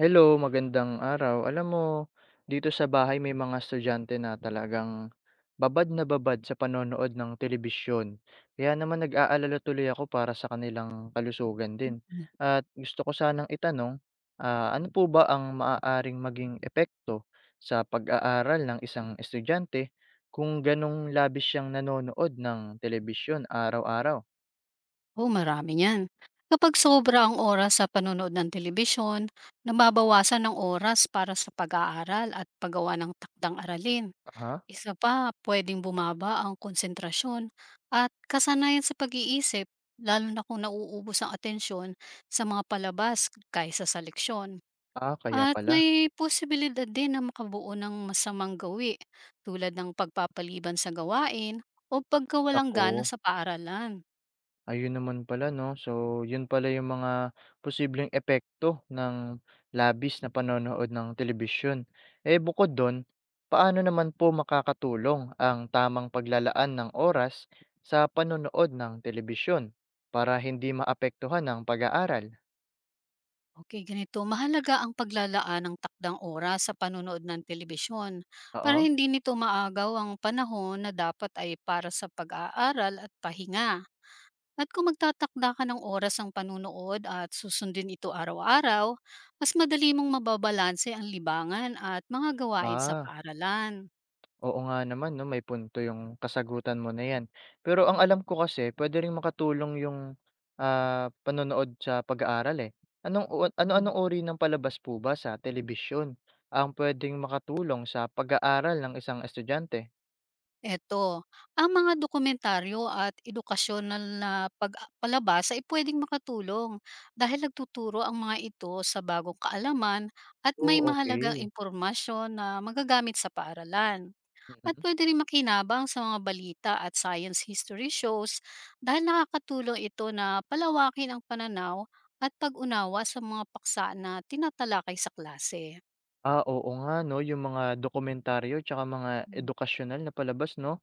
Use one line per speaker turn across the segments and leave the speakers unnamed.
Hello, magandang araw. Alam mo, dito sa bahay may mga estudyante na talagang babad na babad sa panonood ng telebisyon. Kaya naman nag-aalala tuloy ako para sa kanilang kalusugan din.
Hmm,
At gusto ko sanang itanong, ano po ba ang maaaring maging epekto sa pag-aaral ng isang estudyante kung ganong labis siyang nanonood ng telebisyon araw-araw?
marami niyan. Kapag sobra ang oras sa panonood ng telebisyon, nababawasan ng oras para sa pag-aaral at paggawa ng takdang aralin.
Aha,
Isa pa, pwedeng bumaba ang konsentrasyon at kasanayan sa pag-iisip, lalo na kung nauubos ang atensyon sa mga palabas kaysa sa leksyon.
ah, kaya
At
pala.
may posibilidad din na makabuo ng masamang gawi tulad ng pagpapaliban sa gawain o pagkawalang gana
Ako.
sa paaralan.
Ayun naman pala 'no. So, yun pala yung mga posibleng epekto ng labis na panonood ng telebisyon. Eh, bukod dun, paano naman po makakatulong ang tamang paglalaan ng oras sa panonood ng telebisyon para hindi maapektuhan ang pag-aaral?
Okay, ganito. Mahalaga ang paglalaan ng takdang oras sa panunood ng telebisyon para
Oo.
hindi nito maagaw ang panahon na dapat ay para sa pag-aaral at pahinga. At kung magtatakda ka ng oras ang panunood at susundin ito araw-araw, mas madali mong mababalanse ang libangan at mga gawain sa
Ah.
paaralan.
Oo nga naman 'no, may punto yung kasagutan mo na 'yan. Pero ang alam ko kasi puwede ring makatulong yung, panonood sa pag-aaral, eh. Anong u
Mhm.
Ano-anong uri ng palabas po ba sa telebisyon ang pwedeng makatulong sa pag-aaral ng isang estudyante?
Eto, ang mga dokumentaryo at edukasyonal na pag palabas ay puwedeng makatulong dahil nagtuturo ang mga ito sa bagong kaalaman at may
Oh,
mahalagang
okay.
impormasyon na magagamit sa paaralan. At puwede rin makinabang sa mga balita at science history shows dahil nakakatulong ito na palawakin ang pananaw at pag-unawa sa mga paksa na tinatalakay sa klase.
Ah, oo nga 'no, yung mga dokumentaryo tsaka mga edukasyonal na palabas 'no,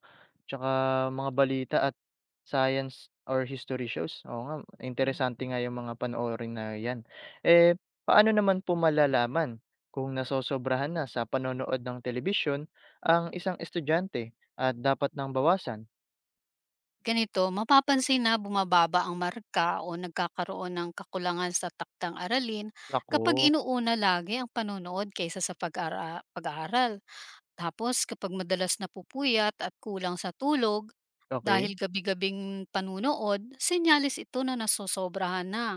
tsaka mga balita at science or history shows, oo nga,
Mm.
interesante nga yung mga panoorin na 'yan. Eh, paano naman po malalaman kung nasosobrahan na sa panonood ng telebisyon ang isang estudyante at dapat nang bawasan?
Ganito, mapapansin na bumababa ang marka o nagkakaroon ng kakulangan sa taktang aralin kapag
Naku,
inuuna lagi ang panonood kaysa sa pag-aaral. Tapos kapag madalas napupuyat at kulang sa tulog dahil
okay,
gabi-gabing panunood, senyalis ito na nasosobrahan na.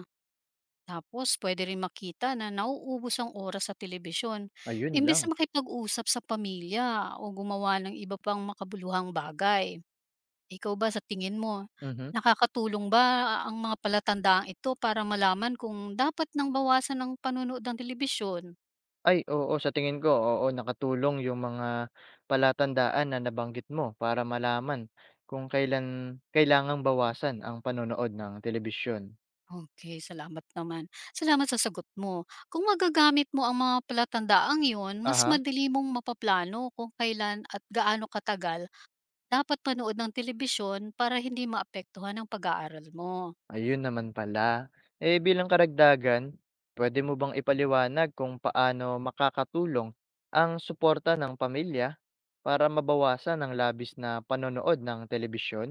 Tapos pwede rin makita na nauubos ang oras sa telebisyon.
ayun
Imbes
lang,
na makipag-usap sa pamilya o gumawa ng iba pang makabuluhang bagay. Ikaw ba sa tingin mo,
mhm.
nakakatulong ba ang mga palatandaang ito para malaman kung dapat nang bawasan ang panunood ng telebisyon?
Ay oo, sa tingin ko, oo, nakatulong yung mga palatandaan na nabanggit mo para malaman kung kailan kailangang bawasan ang panonood ng telebisyon.
Okay, salamat naman. Salamat sa sagot mo. Kung magagamit mo ang mga palatandaang iyon, mas
Aha.
madali mong mapaplano kung kailan at gaano katagal dapat manood ng telebisyon para hindi maapektuhan ang pag-aaral mo.
Ayun naman pala. Eh, bilang karagdagan, pwede mo bang ipaliwanag kung paano makakatulong ang suporta ng pamilya para mabawasan ang labis na panonood ng telebisyon?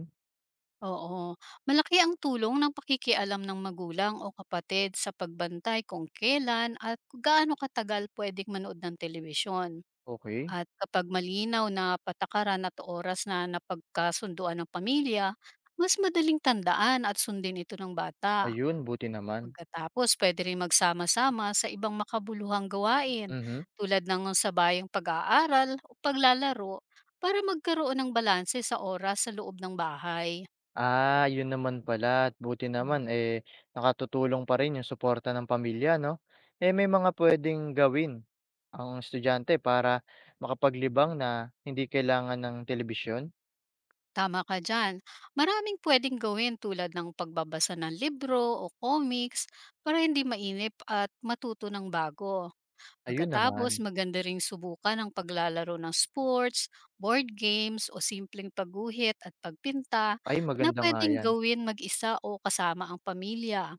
Oo, malaki ang tulong ng pakikialam ng magulang o kapatid sa pagbantay kung kailan at kung gaano katagal pwedeng manood ng telebisyon.
Okey,
At kapag malinaw na patakaran at oras na napagkasunduan ng pamilya, mas madaling tandaan at sundin ito ng bata.
ayun buti naman.
Pagkatapos, pwede rin magsama-sama sa ibang makabuluhang gawain
Mhm.
tulad ng sabayang pag-aaral o paglalaro para magkaroon ng balanse sa oras sa loob ng bahay.
Ah, yun naman pala at buti naman, eh, nakatutulong pa rin yung suporta ng pamilya 'no? Eh, may mga puwedeng gawin ang estudyante para makapaglibang na hindi kailangan ng telebisyon?
Tama ka dyan. Maraming pwedeng gawin tulad ng pagbabasa ng libro o comics para hindi mainip at matuto ng bago.
Ayun
Pagkatapos,
naman.
maganda ring subukan ang paglalaro ng sports, board games o simpleng pagguhit at pagpinta
Ay,
na
maganda nga
pwedeng
'yan.
gawin mag-isa o kasama ang pamilya.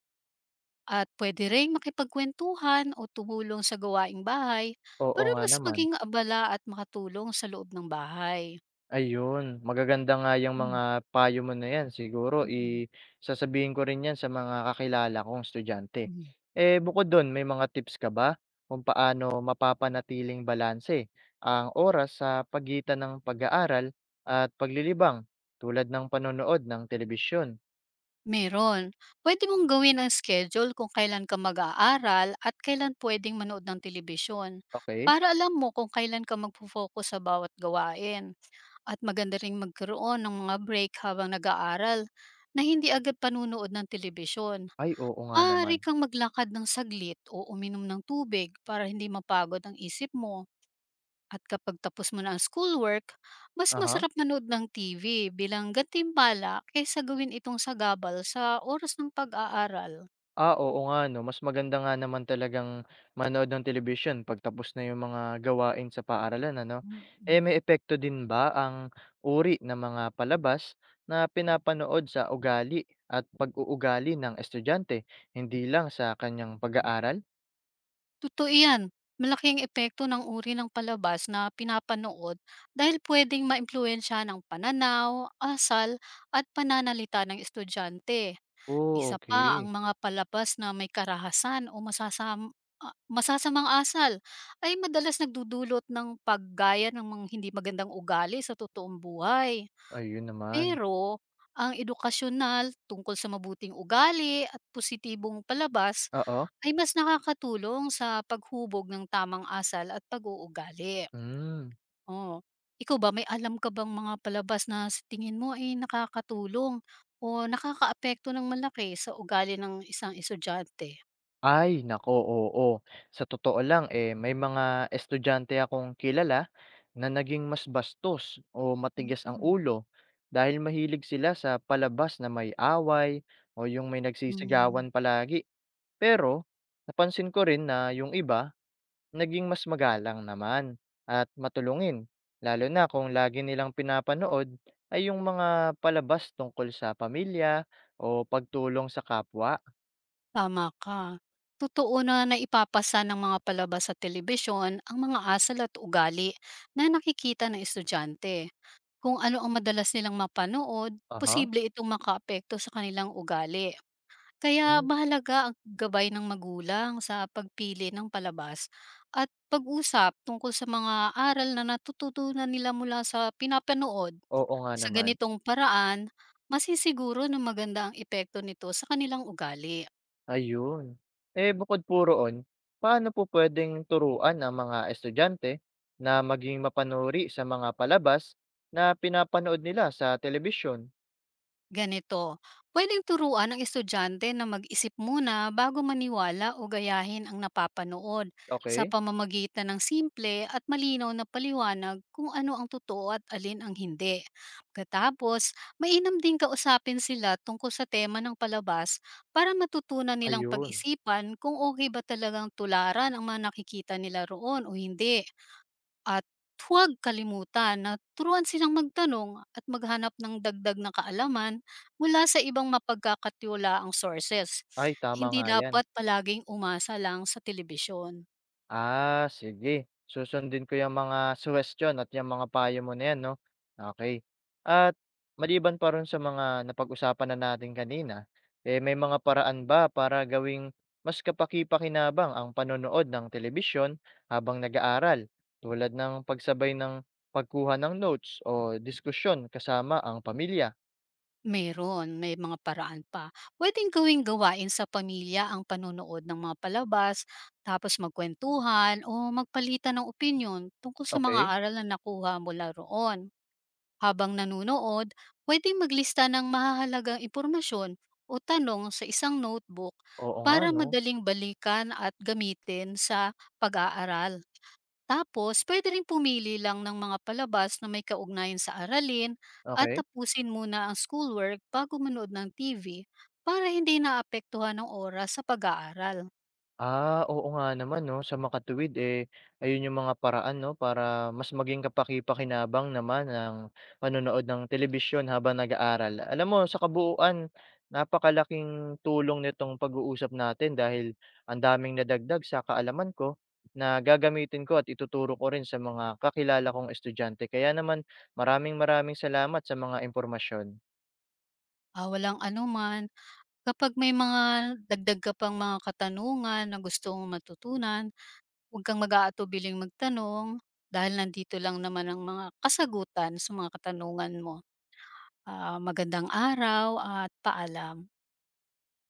At pwede ring makipagkwentuhan o tumulong sa gawaing bahay
Oo
para
nga
mas
naman.
maging abala at makatulong sa loob ng bahay.
Ayun, magaganda nga yang
Mm,
mga payo mo na yan, siguro
mm,
sasabihin ko rin yan sa mga kakilala kong estudyante.
mm.
Eh, bukod dun, may mga tips ka ba kung paano mapapanatiling balanse ang oras sa pagitan ng pag-aaral at paglilibang tulad ng panonood ng telebisyon?
Meron. Puwede mong gawin ang schedule kung kailan ka mag-aaral at kailan puwedeng manood ng telebisyon
Okay.
para alam mo kung kailan ka magfo-focus sa bawat gawain. At maganda ring magkaroon ng mga break habang nag-aaral na hindi agad panunood ng telebisyon.
Ay, oo nga
Maaari
naman.
kang maglakad ng saglit o uminom ng tubig para hindi mapagod ang isip mo. At kapag tapos mo na ang schoolwork, mas
Aha.
masarap manood ng TV bilang gantimpala kaysa gawin itong sagabal sa oras ng pag-aaral.
Ah, oo nga 'no, mas maganda nga naman talagang manood ng television pagtapos na yung mga gawain sa paaralan, ano. Eh,
Mm.
may epekto din ba ang uri ng mga palabas na pinapanood sa ugali at pag-uugali ng estudyante, hindi lang sa kanyang pag-aaral?
Totoo yan. Malaking epekto ng uri ng palabas na pinapanood dahil pwedeng maimpluwensya ng pananaw, asal at pananalita ng estudyante.
Oh,
Isa pa,
okay.
ang mga palabas na may karahasan o masasamang asal ay madalas nagdudulot ng paggaya ng mga hindi magandang ugali sa totoong buhay.
Ayun naman.
Pero ang edukasyonal tungkol sa mabuting ugali at positibong palabas
Oo.
ay mas nakakatulong sa paghubog ng tamang asal at pag-uugali.
Hmm.
Oo. Ikaw ba, may alam ka bang mga palabas na sa tingin mo ay nakakatulong o nakakaapekto ng malaki sa ugali ng isang estudyante?
Ay naku, oo. Sa totoo lang, eh, may mga estudyante akong kilala na naging mas bastos o matigas ang
Hmm,
ulo dahil mahilig sila sa palabas na may away o yung may
hmm,
nagsisigawan palagi. Pero napansin ko rin na yung iba, naging mas magalang naman at matulungin, lalo na kung lagi nilang pinapanood ay yung mga palabas tungkol sa pamilya o pagtulong sa kapwa.
tama ka. Totoo na naipapasa ng mga palabas sa telebisyon ang mga asal at ugali na nakikita ng estudyante. Kung ano ang madalas nilang mapanood,
Aha.
posible itong makaapekto sa kanilang ugali. Kaya
Hmm.
mahalaga ang gabay ng magulang sa pagpili ng palabas at pag-usap tungkol sa mga aral na natututunan nila mula sa pinapanood.
Oo nga
Sa
naman.
ganitong paraan, masisiguro na maganda ang epekto nito sa kanilang ugali.
Ayun. Eh, bukod po roon, paano po puwedeng turuan ang mga estudyante na maging mapanuri sa mga palabas na pinapanood nila sa telebisyon?
Ganito, pwedeng turuan ang estudyante na mag-isip muna bago maniwala o gayahin ang napapanood sa
Okay?
pamamagitan ng simple at malinaw na paliwanag kung ano ang totoo at alin ang hindi. Katapos, mainam din kausapin sila tungkol sa tema ng palabas para matutunan nilang
Ayun.
pag-isipan kung okay ba talagang tularan ang mga nakikita nila roon o hindi. At huwag kalimutan na turuan silang magtanong at maghanap ng dagdag na kaalaman mula sa ibang mapagkakatiwalaang sources.
Ay, tama
Hindi
nga yan.
dapat palaging umasa lang sa telebisyon.
Ah, sige. Susundin ko yung mga suhestiyon at yung mga payo mo na 'yan 'no. Okay. At maliban pa ro'n sa mga napag-usapan na natin kanina, eh, may mga paraan ba para gawing mas kapaki-pakinabang ang panonood ng telebisyon habang nag-aaral, tulad ng pagsabay ng pagkuha ng notes o diskusyon kasama ang pamilya?
Meron, may mga paraan pa. Pwedeng gawing gawain sa pamilya ang panonood ng mga palabas, tapos magkwentuhan o magpalitan ng opinyon tungkol sa mga
Okay.
aral na nakuha mula roon. Habang nanunood, pwedeng maglista ng mahahalagang impormasyon o tanong sa isang notebook
Oo nga
para
'no.
madaling balikan at gamitin sa pag-aaral. Tapos, pwede rin pumili lang ng mga palabas na may kaugnayan sa aralin at
Okay.
tapusin muna ang schoolwork bago manood ng TV para hindi naapektuhan ng oras sa pag-aaral.
Ah, oo nga naman 'no, sa makatuwid, eh, ayun yung mga paraan 'no, para mas maging kapaki-pakinabang naman ang panonood ng telebisyon habang nag-aaral. Alam mo, sa kabuuan, napakalaking tulong nitong pag-uusap natin dahil ang daming nadagdag sa kaalaman ko na gagamitin ko at ituturo ko rin sa mga kakilala kong estudyante. Kaya naman, maraming maraming salamat sa mga impormasyon.
Ah, walang anuman. Kapag may mga dagdag ka pang mga katanungan na gustong matutunan, huwag kang mag-aatubiling magtanong dahil nandito lang naman ang mga kasagutan sa mga katanungan mo. Ah, magandang araw at paalam.